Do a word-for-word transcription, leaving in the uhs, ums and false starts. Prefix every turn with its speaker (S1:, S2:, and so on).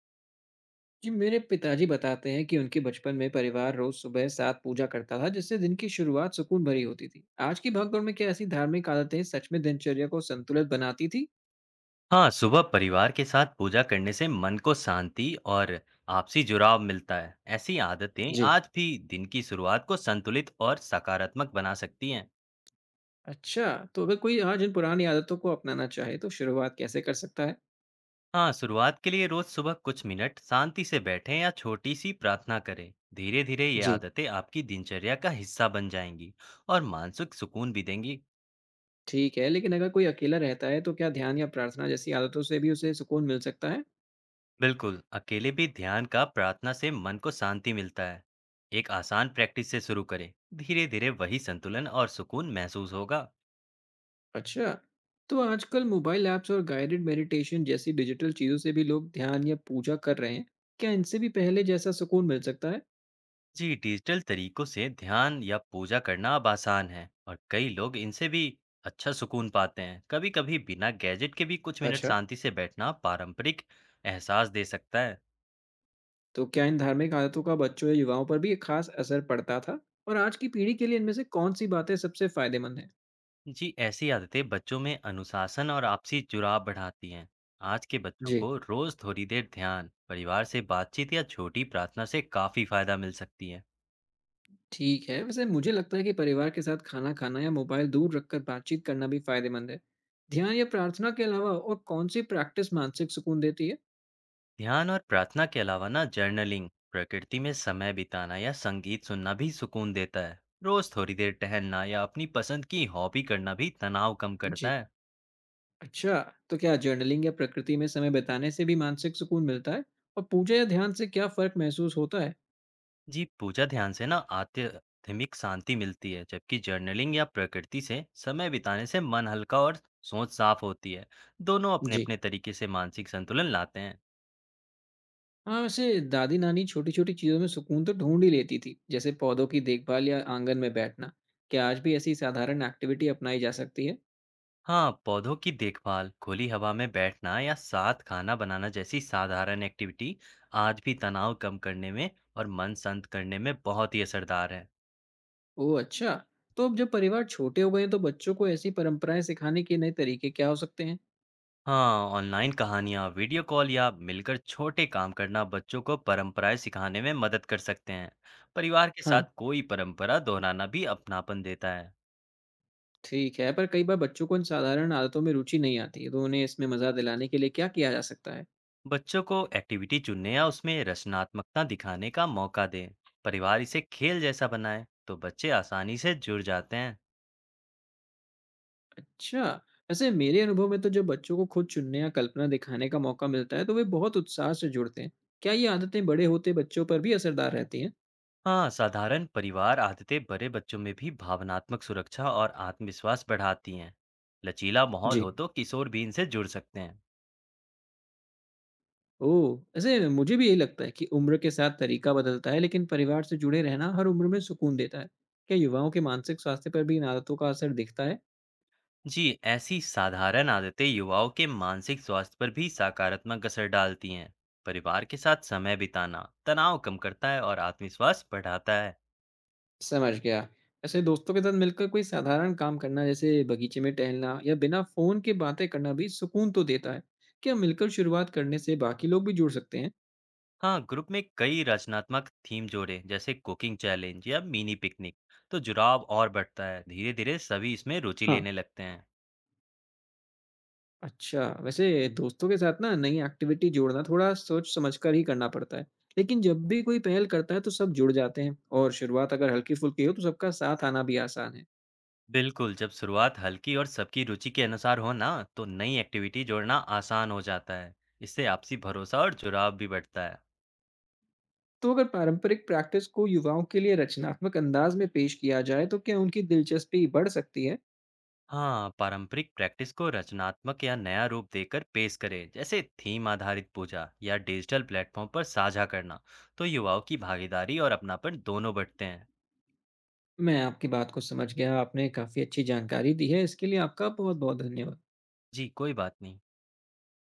S1: जी, मेरे पिताजी बताते हैं कि उनके बचपन में परिवार रोज सुबह साथ पूजा करता था, जिससे दिन की शुरुआत सुकून भरी होती थी। आज की भागदौड़ में क्या ऐसी धार्मिक आदतें सच में दिनचर्या को संतुलित बनाती थी?
S2: हाँ, सुबह परिवार के साथ पूजा करने से मन को शांति और आपसी जुड़ाव मिलता है। ऐसी आदतें
S1: जी।
S2: आज भी दिन की शुरुआत को संतुलित और सकारात्मक बना सकती हैं।
S1: अच्छा, तो अगर कोई आज इन पुरानी आदतों को अपनाना चाहे, तो शुरुआत कैसे कर सकता है?
S2: हाँ, शुरुआत के लिए रोज सुबह कुछ मिनट शांति से बैठें या छोटी सी प्रार्थना करें। धीरे-धीरे ये
S1: जी।
S2: आदतें आपकी दिनचर्या का हिस्सा बन जाएंगी और मानसिक सुकून भी देंगी।
S1: ठीक है, लेकिन अगर कोई अकेला रहता है, तो क्या ध्यान या प्रार्थना जैसी आदतों से भी उसे सुकून मिल सकता है?
S2: बिल्कुल, अकेले भी ध्यान का प्रार्थना से मन को शांति मिलता है। एक आसान प्रैक्टिस से शुरू करें। धीरे-धीरे वही संतुलन और सुकून महसूस होगा।
S1: अच्छा, तो आजकल मोबाइल ऐप्स और गाइडेड मेडिटेशन जैसी डिजिटल चीज़ों से भी लोग ध्यान या पूजा कर रहे हैं। क्या इनसे भी पहले जैसा सुकून मिल सकता है?
S2: जी, डिजिटल तरीकों से ध्यान या पूजा करना अब आसान है और कई लोग इनसे भी अच्छा सुकून पाते हैं। कभी कभी बिना गैजेट के भी कुछ मिनट
S1: अच्छा।
S2: शांति से बैठना पारंपरिक एहसास दे सकता है।
S1: तो क्या इन धार्मिक आदतों का बच्चों या युवाओं पर भी एक खास असर पड़ता था और आज की पीढ़ी के लिए इनमें से कौन सी बातें सबसे फायदेमंद हैं?
S2: जी, ऐसी आदतें बच्चों में अनुशासन और आपसी जुड़ाव बढ़ाती हैं। आज के बच्चों
S1: जी।
S2: को रोज थोड़ी देर ध्यान, परिवार से बातचीत या छोटी प्रार्थना से काफी फायदा मिल सकती है।
S1: ठीक है, वैसे मुझे लगता है कि परिवार के साथ खाना खाना या मोबाइल दूर रखकर बातचीत करना भी फायदेमंद है। ध्यान या प्रार्थना के अलावा और कौन सी प्रैक्टिस मानसिक सुकून देती है?
S2: ध्यान और प्रार्थना के अलावा ना जर्नलिंग, प्रकृति में समय बिताना या संगीत सुनना भी सुकून देता है। रोज थोड़ी देर टहलना या अपनी पसंद की हॉबी करना भी तनाव कम करता
S1: जी।
S2: है।
S1: अच्छा, तो क्या जर्नलिंग या प्रकृति में समय बिताने से भी मानसिक सुकून मिलता है और पूजा या ध्यान से क्या फर्क महसूस होता है?
S2: जी, पूजा ध्यान से ना आध्यात्मिक शांति मिलती है, जबकि जर्नलिंग या प्रकृति से समय बिताने से मन हल्का और सोच साफ होती है। दोनों
S1: जी।
S2: अपने-अपने तरीके से मानसिक संतुलन लाते हैं।
S1: हाँ, वैसे दादी नानी छोटी छोटी चीजों में सुकून तो ढूंढ ही लेती थी, जैसे पौधों की देखभाल या आंगन में बैठना। क्या आज भी ऐसी साधारण एक्टिविटी अपनाई जा सकती है?
S2: हाँ, पौधों की देखभाल, खुली हवा में बैठना या साथ खाना बनाना जैसी साधारण एक्टिविटी आज भी तनाव कम करने में और मन शांत करने में बहुत ही असरदार है।
S1: ओह, अच्छा। तो अब जब परिवार छोटे हो गए हैं, तो बच्चों को ऐसी परंपराएं सिखाने के नए तरीके क्या हो सकते हैं?
S2: हाँ, ऑनलाइन कहानियाँ, वीडियो कॉल या मिलकर छोटे काम करना बच्चों को परंपराएं सिखाने में मदद कर सकते हैं। परिवार के साथ
S1: हाँ।
S2: कोई परंपरा दोहराना भी अपनापन देता है।
S1: ठीक है, पर कई बार बच्चों को इन साधारण आदतों में रुचि नहीं आती है, तो उन्हें इसमें मजा दिलाने के लिए क्या किया जा सकता है?
S2: बच्चों को एक्टिविटी चुनने या उसमें रचनात्मकता दिखाने का मौका दें। परिवार इसे खेल जैसा बनाए तो बच्चे आसानी से जुड़ जाते हैं।
S1: अच्छा। वैसे मेरे अनुभव में तो जब बच्चों को खुद चुनने या कल्पना दिखाने का मौका मिलता है, तो वे बहुत उत्साह से जुड़ते हैं। क्या ये आदतें बड़े होते बच्चों पर भी असरदार रहती हैं?
S2: हाँ, साधारण परिवार आदतें बड़े बच्चों में भी भावनात्मक सुरक्षा और आत्मविश्वास बढ़ाती हैं। लचीला माहौल
S1: जी।
S2: हो तो किशोर भी इनसे जुड़ सकते हैं।
S1: ओह! ऐसे मुझे भी यही लगता है कि उम्र के साथ तरीका बदलता है, लेकिन परिवार से जुड़े रहना हर उम्र में सुकून देता है। क्या युवाओं के मानसिक स्वास्थ्य पर भी इन आदतों का असर दिखता है?
S2: जी, ऐसी साधारण आदतें युवाओं के मानसिक स्वास्थ्य पर भी सकारात्मक असर डालती हैं। परिवार के साथ समय बिताना तनाव कम करता है और आत्मविश्वास बढ़ाता है।
S1: समझ गया। ऐसे दोस्तों के साथ मिलकर कोई साधारण काम करना, जैसे बगीचे में टहलना या बिना फ़ोन के बातें करना भी सुकून तो देता है। क्या मिलकर शुरुआत करने से बाकी लोग भी जुड़ सकते हैं?
S2: हाँ, ग्रुप में कई रचनात्मक थीम जोड़े जैसे कुकिंग चैलेंज या मिनी पिकनिक तो जुड़ाव और बढ़ता है। धीरे-धीरे सभी इसमें रुचि लेने
S1: हाँ।
S2: लगते हैं।
S1: अच्छा, वैसे दोस्तों के साथ ना नई एक्टिविटी जोड़ना थोड़ा सोच समझकर ही करना पड़ता है। लेकिन जब भी कोई पहल करता है तो सब जुड़ जाते हैं और शुरुआत अगर हल्की-फुल्की हो तो सबका साथ आना भी आसान है।
S2: बिल्कुल, जब शुरुआत हल्की और सबकी रुचि के अनुसार हो ना तो नई एक्टिविटी जोड़ना आसान हो जाता है। इससे आपसी भरोसा और जुड़ाव भी बढ़ता है।
S1: तो अगर पारंपरिक प्रैक्टिस को युवाओं के लिए रचनात्मक अंदाज में पेश किया जाए तो क्या उनकी दिलचस्पी बढ़ सकती है?
S2: हाँ, पारंपरिक प्रैक्टिस को रचनात्मक या नया रूप देकर पेश करें जैसे थीम आधारित पूजा या डिजिटल प्लेटफॉर्म पर साझा करना तो युवाओं की भागीदारी और अपनापन दोनों बढ़ते हैं।
S1: मैं आपकी बात को समझ गया, आपने काफ़ी अच्छी जानकारी दी है, इसके लिए आपका बहुत-बहुत धन्यवाद।
S2: जी, कोई बात नहीं।